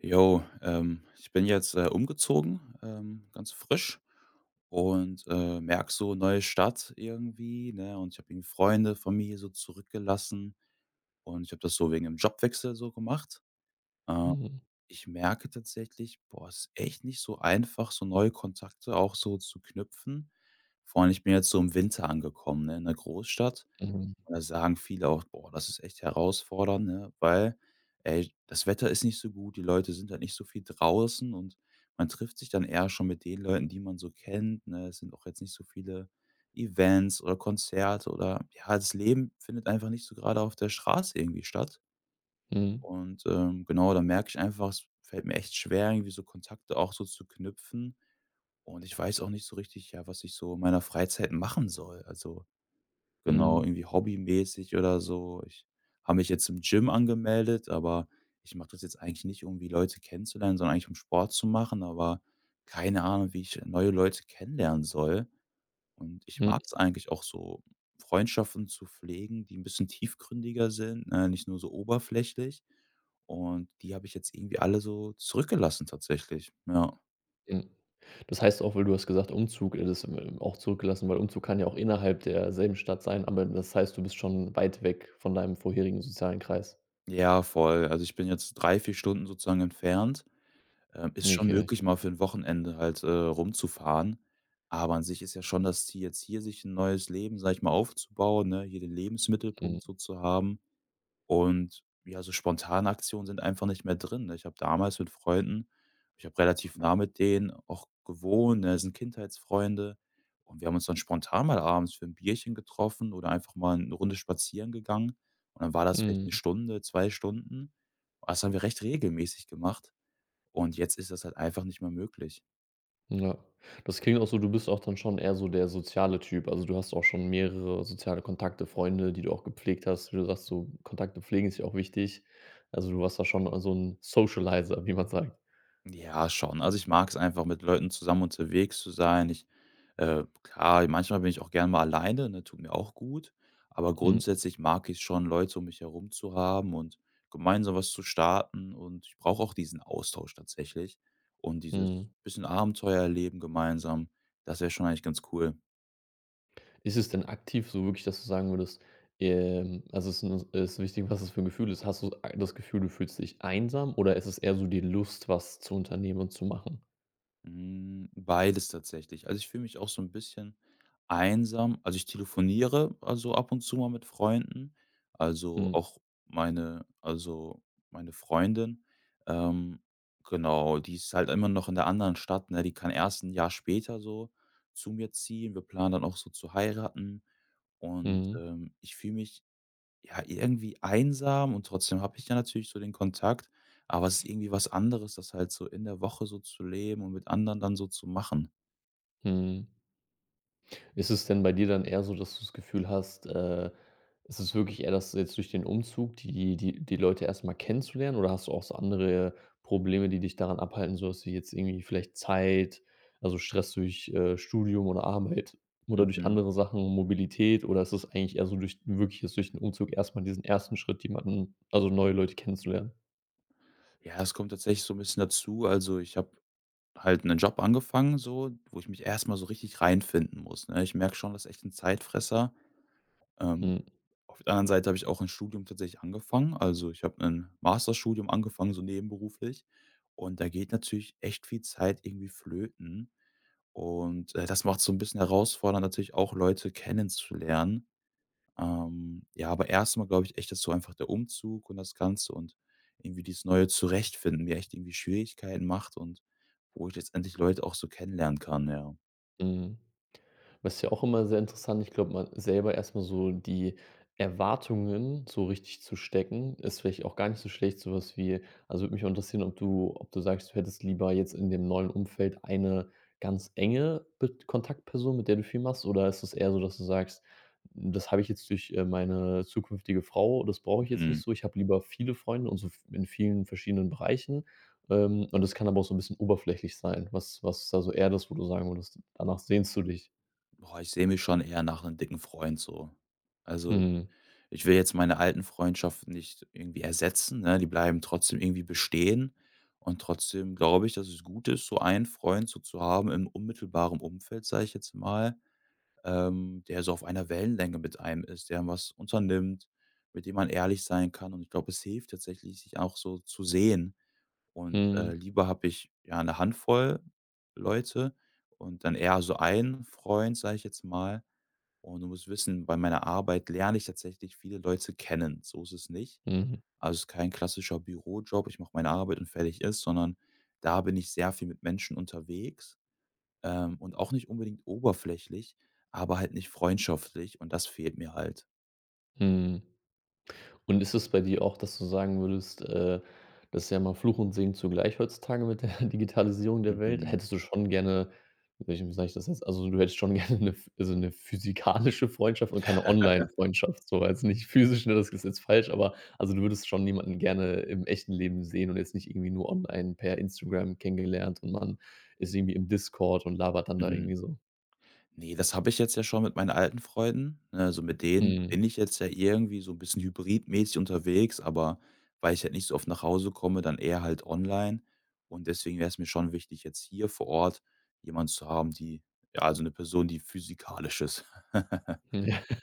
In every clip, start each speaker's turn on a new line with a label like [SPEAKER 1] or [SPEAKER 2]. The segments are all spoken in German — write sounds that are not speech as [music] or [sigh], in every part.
[SPEAKER 1] Jo, ich bin jetzt, umgezogen, ganz frisch und merke so, neue Stadt irgendwie, ne? Und ich habe irgendwie Freunde, Familie so zurückgelassen und ich habe das so wegen dem Jobwechsel so gemacht. Äh,
[SPEAKER 2] Mhm.
[SPEAKER 1] Ich merke tatsächlich, boah, es ist echt nicht so einfach, so neue Kontakte auch so zu knüpfen. Vor allem, ich bin jetzt so im Winter angekommen, ne, in der Großstadt
[SPEAKER 2] Mhm.
[SPEAKER 1] und da sagen viele auch: „Boah, das ist echt herausfordernd“, ne, weil, ey, das Wetter ist nicht so gut, die Leute sind halt nicht so viel draußen und man trifft sich dann eher schon mit den Leuten, die man so kennt, ne? Es sind auch jetzt nicht so viele Events oder Konzerte oder ja, das Leben findet einfach nicht so gerade auf der Straße irgendwie statt.
[SPEAKER 2] Mhm.
[SPEAKER 1] Und genau, da merke ich einfach, es fällt mir echt schwer, irgendwie so Kontakte auch so zu knüpfen. Und ich weiß auch nicht so richtig, ja, was ich so in meiner Freizeit machen soll. Also, genau,
[SPEAKER 2] Mhm.
[SPEAKER 1] irgendwie hobbymäßig oder so. Ich habe mich jetzt im Gym angemeldet, aber ich mache das jetzt eigentlich nicht, um irgendwie Leute kennenzulernen, sondern eigentlich um Sport zu machen, aber keine Ahnung, wie ich neue Leute kennenlernen soll. Und ich
[SPEAKER 2] Mhm.
[SPEAKER 1] mag es eigentlich auch so, Freundschaften zu pflegen, die ein bisschen tiefgründiger sind, ne, nicht nur so oberflächlich. Und die habe ich jetzt irgendwie alle so zurückgelassen tatsächlich, ja.
[SPEAKER 2] Mhm. Das heißt auch, weil du hast gesagt, Umzug, das, auch zurückgelassen, weil Umzug kann ja auch innerhalb derselben Stadt sein, aber das heißt, du bist schon weit weg von deinem vorherigen sozialen Kreis.
[SPEAKER 1] Ja, voll. Also, ich bin jetzt 3, 4 Stunden sozusagen entfernt. Ist schon
[SPEAKER 2] Okay.
[SPEAKER 1] möglich, mal für 'n Wochenende halt, rumzufahren, aber an sich ist ja schon das Ziel, jetzt hier sich 'n neues Leben, sage ich mal, aufzubauen, ne, hier den Lebensmittelpunkt
[SPEAKER 2] Mhm.
[SPEAKER 1] so zu haben. Und ja, so spontane Aktionen sind einfach nicht mehr drin, ne? Ich habe relativ nah mit denen auch gewohnt, ne, sind Kindheitsfreunde und wir haben uns dann spontan mal abends für 'n Bierchen getroffen oder einfach mal 'ne Runde spazieren gegangen und dann war das vielleicht eine
[SPEAKER 2] Mhm.
[SPEAKER 1] Stunde, 2 Stunden. Das haben wir recht regelmäßig gemacht. Und jetzt ist das halt einfach nicht mehr möglich.
[SPEAKER 2] Ja. Das klingt auch so, du bist auch dann schon eher so der soziale Typ. Also du hast auch schon mehrere soziale Kontakte, Freunde, die du auch gepflegt hast. Wie du sagst, so Kontakte pflegen ist ja auch wichtig. Also du warst da schon so ein Socializer, wie man sagt.
[SPEAKER 1] Ja, schon. Also, ich mag es einfach, mit Leuten zusammen unterwegs zu sein. Ich, klar, manchmal bin ich auch gerne mal alleine, ne, tut mir auch gut. Aber
[SPEAKER 2] Mhm.
[SPEAKER 1] grundsätzlich mag ich's schon, Leute um mich herum zu haben und gemeinsam was zu starten. Und ich brauche auch diesen Austausch tatsächlich und dieses
[SPEAKER 2] Mhm.
[SPEAKER 1] bisschen Abenteuer erleben gemeinsam. Das wäre schon eigentlich ganz cool.
[SPEAKER 2] Ist es denn aktiv so wirklich, dass du sagen würdest, also, es ist 'n ist wichtig, was es für ein Gefühl ist. Hast du das Gefühl, du fühlst dich einsam oder ist es eher so die Lust, was zu unternehmen und zu machen?
[SPEAKER 1] Hm, beides tatsächlich. Also, ich fühle mich auch so ein bisschen einsam. Also, ich telefoniere, also, ab und zu mal mit Freunden. Also,
[SPEAKER 2] Mhm.
[SPEAKER 1] auch meine also, meine Freundin, ähm, genau, die ist halt immer noch in der anderen Stadt, ne? Die kann erst ein Jahr später so zu mir ziehen. Wir planen dann auch so zu heiraten und,
[SPEAKER 2] Mhm.
[SPEAKER 1] ähm, ich fühle mich, ja, irgendwie einsam und trotzdem habe ich ja natürlich so den Kontakt, aber es ist irgendwie was anderes, das halt so in der Woche so zu leben und mit anderen dann so zu machen.
[SPEAKER 2] Mhm. Ist es denn bei dir dann eher so, dass du das Gefühl hast, ist es wirklich eher, dass jetzt durch den Umzug die Leute erstmal kennenzulernen oder hast du auch so andere Probleme, die dich daran abhalten, so dass du jetzt irgendwie vielleicht Zeit also Stress durch, Studium oder Arbeit oder durch
[SPEAKER 1] Mhm.
[SPEAKER 2] andere Sachen, Mobilität oder ist es eigentlich eher so durch wirklich jetzt durch den Umzug erstmal diesen ersten Schritt, jemanden also neue Leute kennenzulernen?
[SPEAKER 1] Ja, es kommt tatsächlich so ein bisschen dazu. Also, ich habe halt einen Job angefangen so, wo ich mich erstmal so richtig reinfinden muss, ne? Ich merke schon, das ist echt ein Zeitfresser. Ähm,
[SPEAKER 2] Mhm,
[SPEAKER 1] auf der anderen Seite habe ich auch ein Studium tatsächlich angefangen. Also, ich habe ein Masterstudium angefangen, so nebenberuflich und da geht natürlich echt viel Zeit irgendwie flöten. Und das macht's so ein bisschen herausfordernd, natürlich auch Leute kennenzulernen. Ja, aber erstmal glaube ich echt, dass so einfach der Umzug und das Ganze und irgendwie dieses neue Zurechtfinden mir echt irgendwie Schwierigkeiten macht und wo ich letztendlich Leute auch so kennenlernen kann, ja.
[SPEAKER 2] mhm. Was ist ja auch immer sehr interessant, ich glaube, man selber erstmal so die Erwartungen so richtig zu stecken, ist vielleicht auch gar nicht so schlecht, so was wie also, würde mich auch interessieren, ob du sagst, du hättest lieber jetzt in dem neuen Umfeld eine ganz enge Bet Kontaktperson, mit der du viel machst, oder ist es eher so, dass du sagst: „Das habe ich jetzt durch, meine zukünftige Frau, das brauche ich jetzt nicht
[SPEAKER 1] Mhm.
[SPEAKER 2] so. Ich habe lieber viele Freunde und so v in vielen verschiedenen Bereichen.“ Und das kann aber auch so ein bisschen oberflächlich sein. Was was ist da so eher das, wo du sagen würdest, danach sehnst du dich?
[SPEAKER 1] Boah, ich sehe mich schon eher nach einem dicken Freund so. Also,
[SPEAKER 2] Mhm.
[SPEAKER 1] ich will jetzt meine alten Freundschaften nicht irgendwie ersetzen, ne? Die bleiben trotzdem irgendwie bestehen. Und trotzdem glaube ich, dass es gut ist, so einen Freund so zu haben im unmittelbaren Umfeld, sage ich jetzt mal, der so auf einer Wellenlänge mit einem ist, der was unternimmt, mit dem man ehrlich sein kann. Und ich glaube, es hilft tatsächlich, sich auch so zu sehen. Und
[SPEAKER 2] Mhm.
[SPEAKER 1] lieber habe ich ja eine Handvoll Leute und dann eher so einen Freund, sage ich jetzt mal, und du musst wissen, bei meiner Arbeit lerne ich tatsächlich viele Leute kennen. So ist es nicht.
[SPEAKER 2] Mhm.
[SPEAKER 1] Also es ist kein klassischer Bürojob, ich mache meine Arbeit und fertig ist, sondern da bin ich sehr viel mit Menschen unterwegs, und auch nicht unbedingt oberflächlich, aber halt nicht freundschaftlich und das fehlt mir halt.
[SPEAKER 2] Mhm. Und ist es bei dir auch, dass du sagen würdest, das ist ja mal Fluch und Segen zugleich heutzutage mit der [laughs] Digitalisierung der Welt.
[SPEAKER 1] Mhm.
[SPEAKER 2] Hättest du schon gerne wie sage ich das jetzt? Also, du hättest schon [laughs] gerne 'ne ph also, 'ne physikalische Freundschaft und keine Online-Freundschaft, so als nicht physisch, ne, das ist jetzt falsch, aber also, du würdest schon jemanden gerne im echten Leben sehen und jetzt nicht irgendwie nur online per Instagram kennengelernt und man ist irgendwie im Discord und labert dann da
[SPEAKER 1] Mhm.
[SPEAKER 2] irgendwie so.
[SPEAKER 1] Ne, das habe ich jetzt ja schon mit meinen alten Freunden, ne? Also, mit mhm. Denen
[SPEAKER 2] Mhm.
[SPEAKER 1] bin ich jetzt ja irgendwie so 'n bisschen hybridmäßig unterwegs, aber weil ich halt nicht so oft nach Hause komme, dann eher halt online. Und deswegen wär's mir schon wichtig, jetzt hier vor Ort jemand zu haben, die, ja, also 'ne Person, die physikalisch ist. [laughs]
[SPEAKER 2] Hm. [laughs]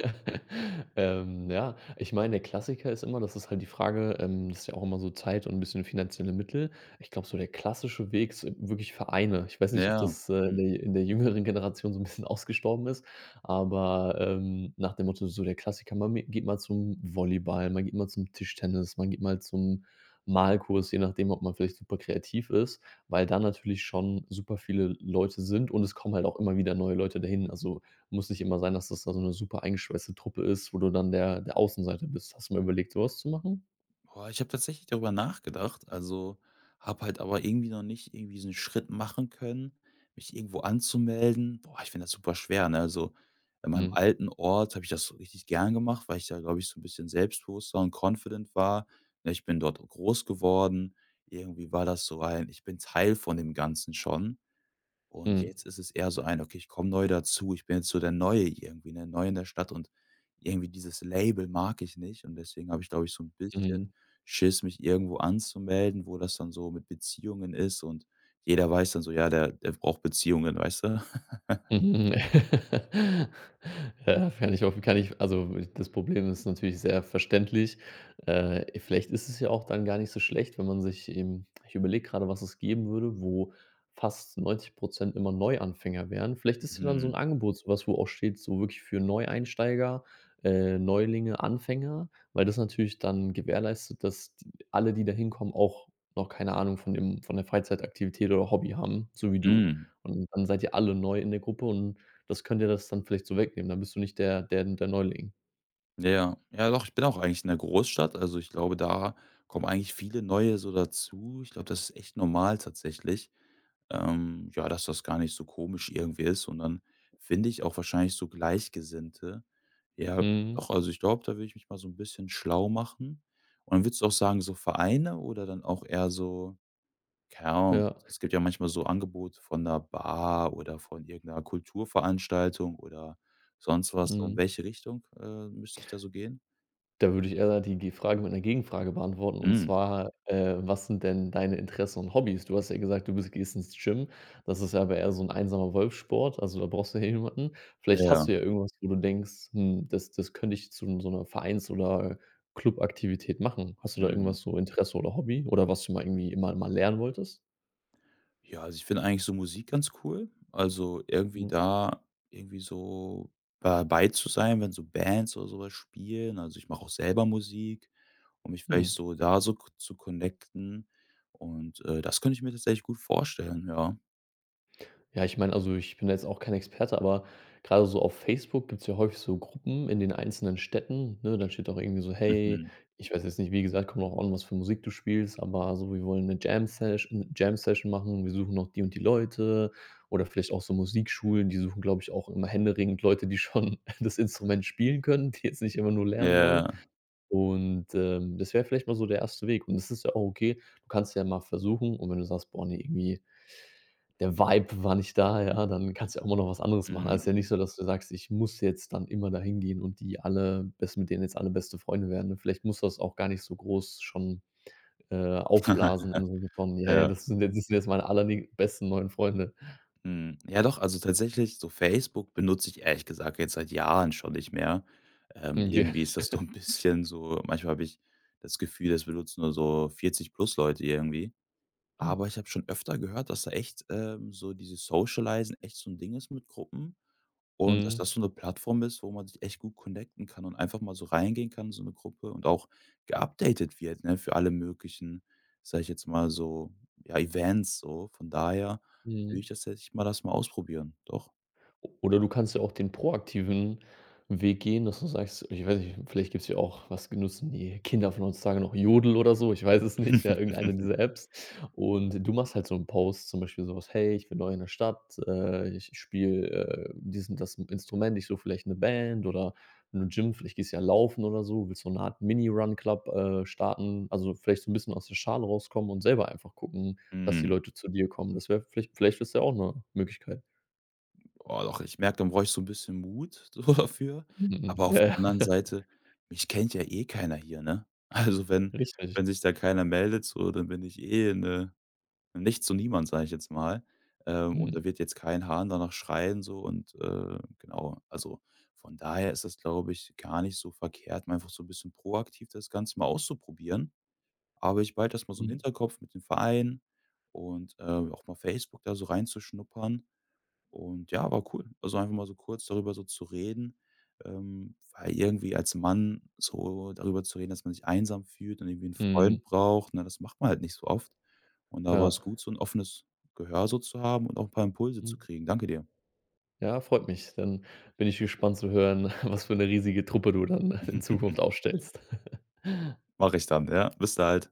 [SPEAKER 2] Ja, ich meine, der Klassiker ist immer das ist halt die Frage, das ist ja auch immer so Zeit und ein bisschen finanzielle Mittel. Ich glaube, so der klassische Weg ist wirklich Vereine. Ich weiß nicht, ob
[SPEAKER 1] Ja,
[SPEAKER 2] das,
[SPEAKER 1] mhm.
[SPEAKER 2] in der jüngeren Generation so ein bisschen [laughs] ausgestorben ist, aber, nach dem Motto so der Klassiker, man geht mal zum Volleyball, man geht mal zum Tischtennis, man geht mal zum Malkurs, je nachdem, ob man vielleicht super kreativ ist, weil da natürlich schon super viele Leute sind und es kommen halt auch immer wieder neue Leute dahin. Also muss nicht immer sein, dass das da so eine super eingeschweißte Truppe ist, wo du dann der Außenseiter bist. Hast du mal überlegt, so was zu machen?
[SPEAKER 1] Boah, ich habe tatsächlich darüber nachgedacht, also habe halt aber irgendwie noch nicht irgendwie diesen Schritt machen können, mich irgendwo anzumelden. Boah, ich finde das super schwer, ne? Also in meinem
[SPEAKER 2] Mhm,
[SPEAKER 1] alten Ort habe ich das richtig gern gemacht, weil ich da, glaube ich, so ein bisschen selbstbewusster und confident war. Ne, ich bin dort groß geworden. Irgendwie war das so ein, ich bin Teil von dem Ganzen schon. Und
[SPEAKER 2] mhm,
[SPEAKER 1] jetzt ist es eher so ein: „Okay, ich komme neu dazu. Ich bin jetzt so der Neue irgendwie, ne, neu in der Stadt und irgendwie dieses Label mag ich nicht.“ Und deswegen habe ich, glaube ich, so ein
[SPEAKER 2] mhm,
[SPEAKER 1] bisschen Schiss, mich irgendwo anzumelden, wo das dann so mit Beziehungen ist und jeder weiß dann so: „Ja, der braucht Beziehungen“, weißt du? [laughs]
[SPEAKER 2] Mhm. [laughs] Ja, kann ich auch, kann ich also, das Problem ist natürlich sehr verständlich. Vielleicht ist es ja auch dann gar nicht so schlecht, wenn man sich eben ich überlege gerade, was es geben würde, wo fast 90% immer Neuanfänger wären. Vielleicht ist ja dann so
[SPEAKER 1] Mhm,
[SPEAKER 2] ein Angebot so was, wo auch steht, so wirklich für Neueinsteiger, Neulinge, Anfänger, weil das natürlich dann gewährleistet, dass d alle, die da hinkommen, auch noch keine Ahnung von dem von der Freizeitaktivität oder Hobby haben, so wie du.
[SPEAKER 1] mhm.
[SPEAKER 2] Und dann seid ihr alle neu in der Gruppe und das könnt ihr das dann vielleicht so wegnehmen. Dann bist du nicht der Neuling.
[SPEAKER 1] Ja, ja, doch, ich bin auch eigentlich in der Großstadt. Also, ich glaube, da kommen eigentlich viele Neue so dazu. Ich glaube, das ist echt normal tatsächlich. Ja, dass das gar nicht so komisch irgendwie ist und dann finde ich auch wahrscheinlich so Gleichgesinnte. Ja,
[SPEAKER 2] Mhm.
[SPEAKER 1] doch, also ich glaube, da will ich mich mal so ein bisschen schlau machen. Und dann würdest du auch sagen, so Vereine oder dann auch eher so, keine Ahnung,
[SPEAKER 2] Ja,
[SPEAKER 1] es gibt ja manchmal so Angebote von 'ner Bar oder von irgendeiner Kulturveranstaltung oder sonst was. So in
[SPEAKER 2] mhm.
[SPEAKER 1] welche Richtung müsste ich da so gehen?
[SPEAKER 2] Da würde ich eher die Ge Frage mit 'ner Gegenfrage beantworten und
[SPEAKER 1] Mhm.
[SPEAKER 2] zwar, was sind denn deine Interessen und Hobbys? Du hast ja gesagt, du bist gehst ins Gym. Das ist ja aber eher so 'n einsamer Wolfssport, also da brauchst du ja jemanden. Vielleicht
[SPEAKER 1] Ja,
[SPEAKER 2] hast du ja irgendwas, wo du denkst: „Hm, das könnte ich zu so 'ner Vereins oder Clubaktivität machen.“ Hast du da
[SPEAKER 1] mhm.
[SPEAKER 2] irgendwas so Interesse oder Hobby oder was du mal irgendwie immer mal lernen wolltest?
[SPEAKER 1] Ja, also ich finde eigentlich so Musik ganz cool. Also irgendwie
[SPEAKER 2] Mhm.
[SPEAKER 1] da irgendwie so dabei zu sein, wenn so Bands oder sowas spielen. Also ich mache auch selber Musik, um mich
[SPEAKER 2] Mhm.
[SPEAKER 1] vielleicht so da so k zu connecten und das könnte ich mir tatsächlich gut vorstellen, ja.
[SPEAKER 2] Ja, ich meine, also ich bin da jetzt auch kein Experte, aber gerade so auf Facebook gibt's ja häufig so Gruppen in den einzelnen Städten, ne? Dann steht auch irgendwie so: „Hey“
[SPEAKER 1] Mhm.
[SPEAKER 2] ich weiß jetzt nicht, wie gesagt, kommt drauf an, was für Musik du spielst, aber so: „Wir wollen eine Jam Session machen. Wir suchen noch die und die Leute.“ Oder vielleicht auch so Musikschulen, die suchen, glaube ich, auch immer händeringend Leute, die schon [laughs] das Instrument spielen können, die jetzt nicht immer nur lernen wollen.
[SPEAKER 1] Ja.
[SPEAKER 2] Und, das wäre vielleicht mal so der erste Weg. Und das ist ja auch okay. Du kannst ja mal versuchen und wenn du sagst: „Boah, ne, irgendwie der Vibe war nicht da, ja, dann kannst du ja auch immer noch was anderes machen. Also, ist
[SPEAKER 1] Mhm.
[SPEAKER 2] ja nicht so, dass du sagst: „Ich muss jetzt dann immer da hingehen und die alle dass mit denen jetzt alle beste Freunde werden.“ Und vielleicht musst du das auch gar nicht so groß schon, aufblasen und so
[SPEAKER 1] [laughs]
[SPEAKER 2] von: „Ja, ja,
[SPEAKER 1] Ja.
[SPEAKER 2] das sind jetzt meine allerbesten neuen Freunde.“
[SPEAKER 1] Hm, ja, doch, also tatsächlich so Facebook benutze ich ehrlich gesagt jetzt seit Jahren schon nicht mehr.
[SPEAKER 2] Okay.
[SPEAKER 1] Irgendwie ist das so [laughs] ein bisschen so, manchmal habe ich das Gefühl, das benutzen nur so 40 plus Leute irgendwie. Aber ich
[SPEAKER 2] [laughs]
[SPEAKER 1] habe schon öfter gehört, dass da echt, so dieses Socialisen echt so ein Ding ist mit Gruppen. Und dass
[SPEAKER 2] Mhm.
[SPEAKER 1] das so 'ne Plattform ist, wo man sich echt gut connecten kann und einfach mal so reingehen kann in so 'ne Gruppe und auch geupdatet wird, ne, für alle möglichen, sage ich jetzt mal so, ja, Events so. Von daher würde
[SPEAKER 2] Mhm.
[SPEAKER 1] ich tatsächlich mal das mal ausprobieren, doch.
[SPEAKER 2] Oder du kannst ja auch den proaktiven Weg gehen, dass du sagst ich weiß nicht, vielleicht gibt es ja auch was nutzen die Kinder von heutzutage noch Jodel oder so, ich weiß es nicht, ja, irgendeine dieser
[SPEAKER 1] [laughs]
[SPEAKER 2] Apps. Und du machst halt so 'n Post, zum Beispiel sowas: „Hey, ich bin neu in der Stadt, ich spiele, dies und das Instrument, ich suche vielleicht eine Band oder ein Gym“, vielleicht gehst du ja laufen oder so, willst so 'ne Art Mini-Run-Club, starten, also vielleicht so ein bisschen aus der Schale rauskommen und selber einfach gucken, dass die
[SPEAKER 1] Mhm.
[SPEAKER 2] Leute zu dir kommen. Das wäre vielleicht vielleicht ist ja auch eine Möglichkeit.
[SPEAKER 1] Oh, doch, ich merke, dann brauche ich so 'n bisschen Mut [laughs] so dafür.
[SPEAKER 2] Mhm, mhm.
[SPEAKER 1] Aber auf der
[SPEAKER 2] Ja,
[SPEAKER 1] anderen
[SPEAKER 2] ja.
[SPEAKER 1] Seite, mich kennt ja eh keiner hier, ne? Also, wenn
[SPEAKER 2] Richtig.
[SPEAKER 1] wenn sich da keiner meldet so, dann bin ich eh 'ne Nichts und niemand, sage ich jetzt mal. Und
[SPEAKER 2] Mhm.
[SPEAKER 1] da wird jetzt kein Hahn danach schreien so und genau. Also, von daher ist das, glaube ich, gar nicht so verkehrt, mal einfach so ein bisschen proaktiv das Ganze mal auszuprobieren. Aber ich behalte das mal so im
[SPEAKER 2] Mhm.
[SPEAKER 1] Hinterkopf mit dem Verein und auch mal Facebook da so reinzuschnuppern. Und ja, war cool. Also, einfach mal so kurz darüber so zu reden, weil irgendwie als Mann so darüber zu reden, dass man sich einsam fühlt und irgendwie einen
[SPEAKER 2] Mhm.
[SPEAKER 1] Freund braucht, ne, das macht man halt nicht so oft. Und da war
[SPEAKER 2] Ja.
[SPEAKER 1] es gut, so ein offenes Gehör so zu haben und auch ein paar Impulse
[SPEAKER 2] Mhm.
[SPEAKER 1] zu kriegen. Danke dir.
[SPEAKER 2] Ja, freut mich. Dann bin ich gespannt zu hören, [laughs] was für eine riesige Truppe du dann in Zukunft
[SPEAKER 1] [laughs]
[SPEAKER 2] aufstellst.
[SPEAKER 1] Mach ich dann, ja. Bis bald.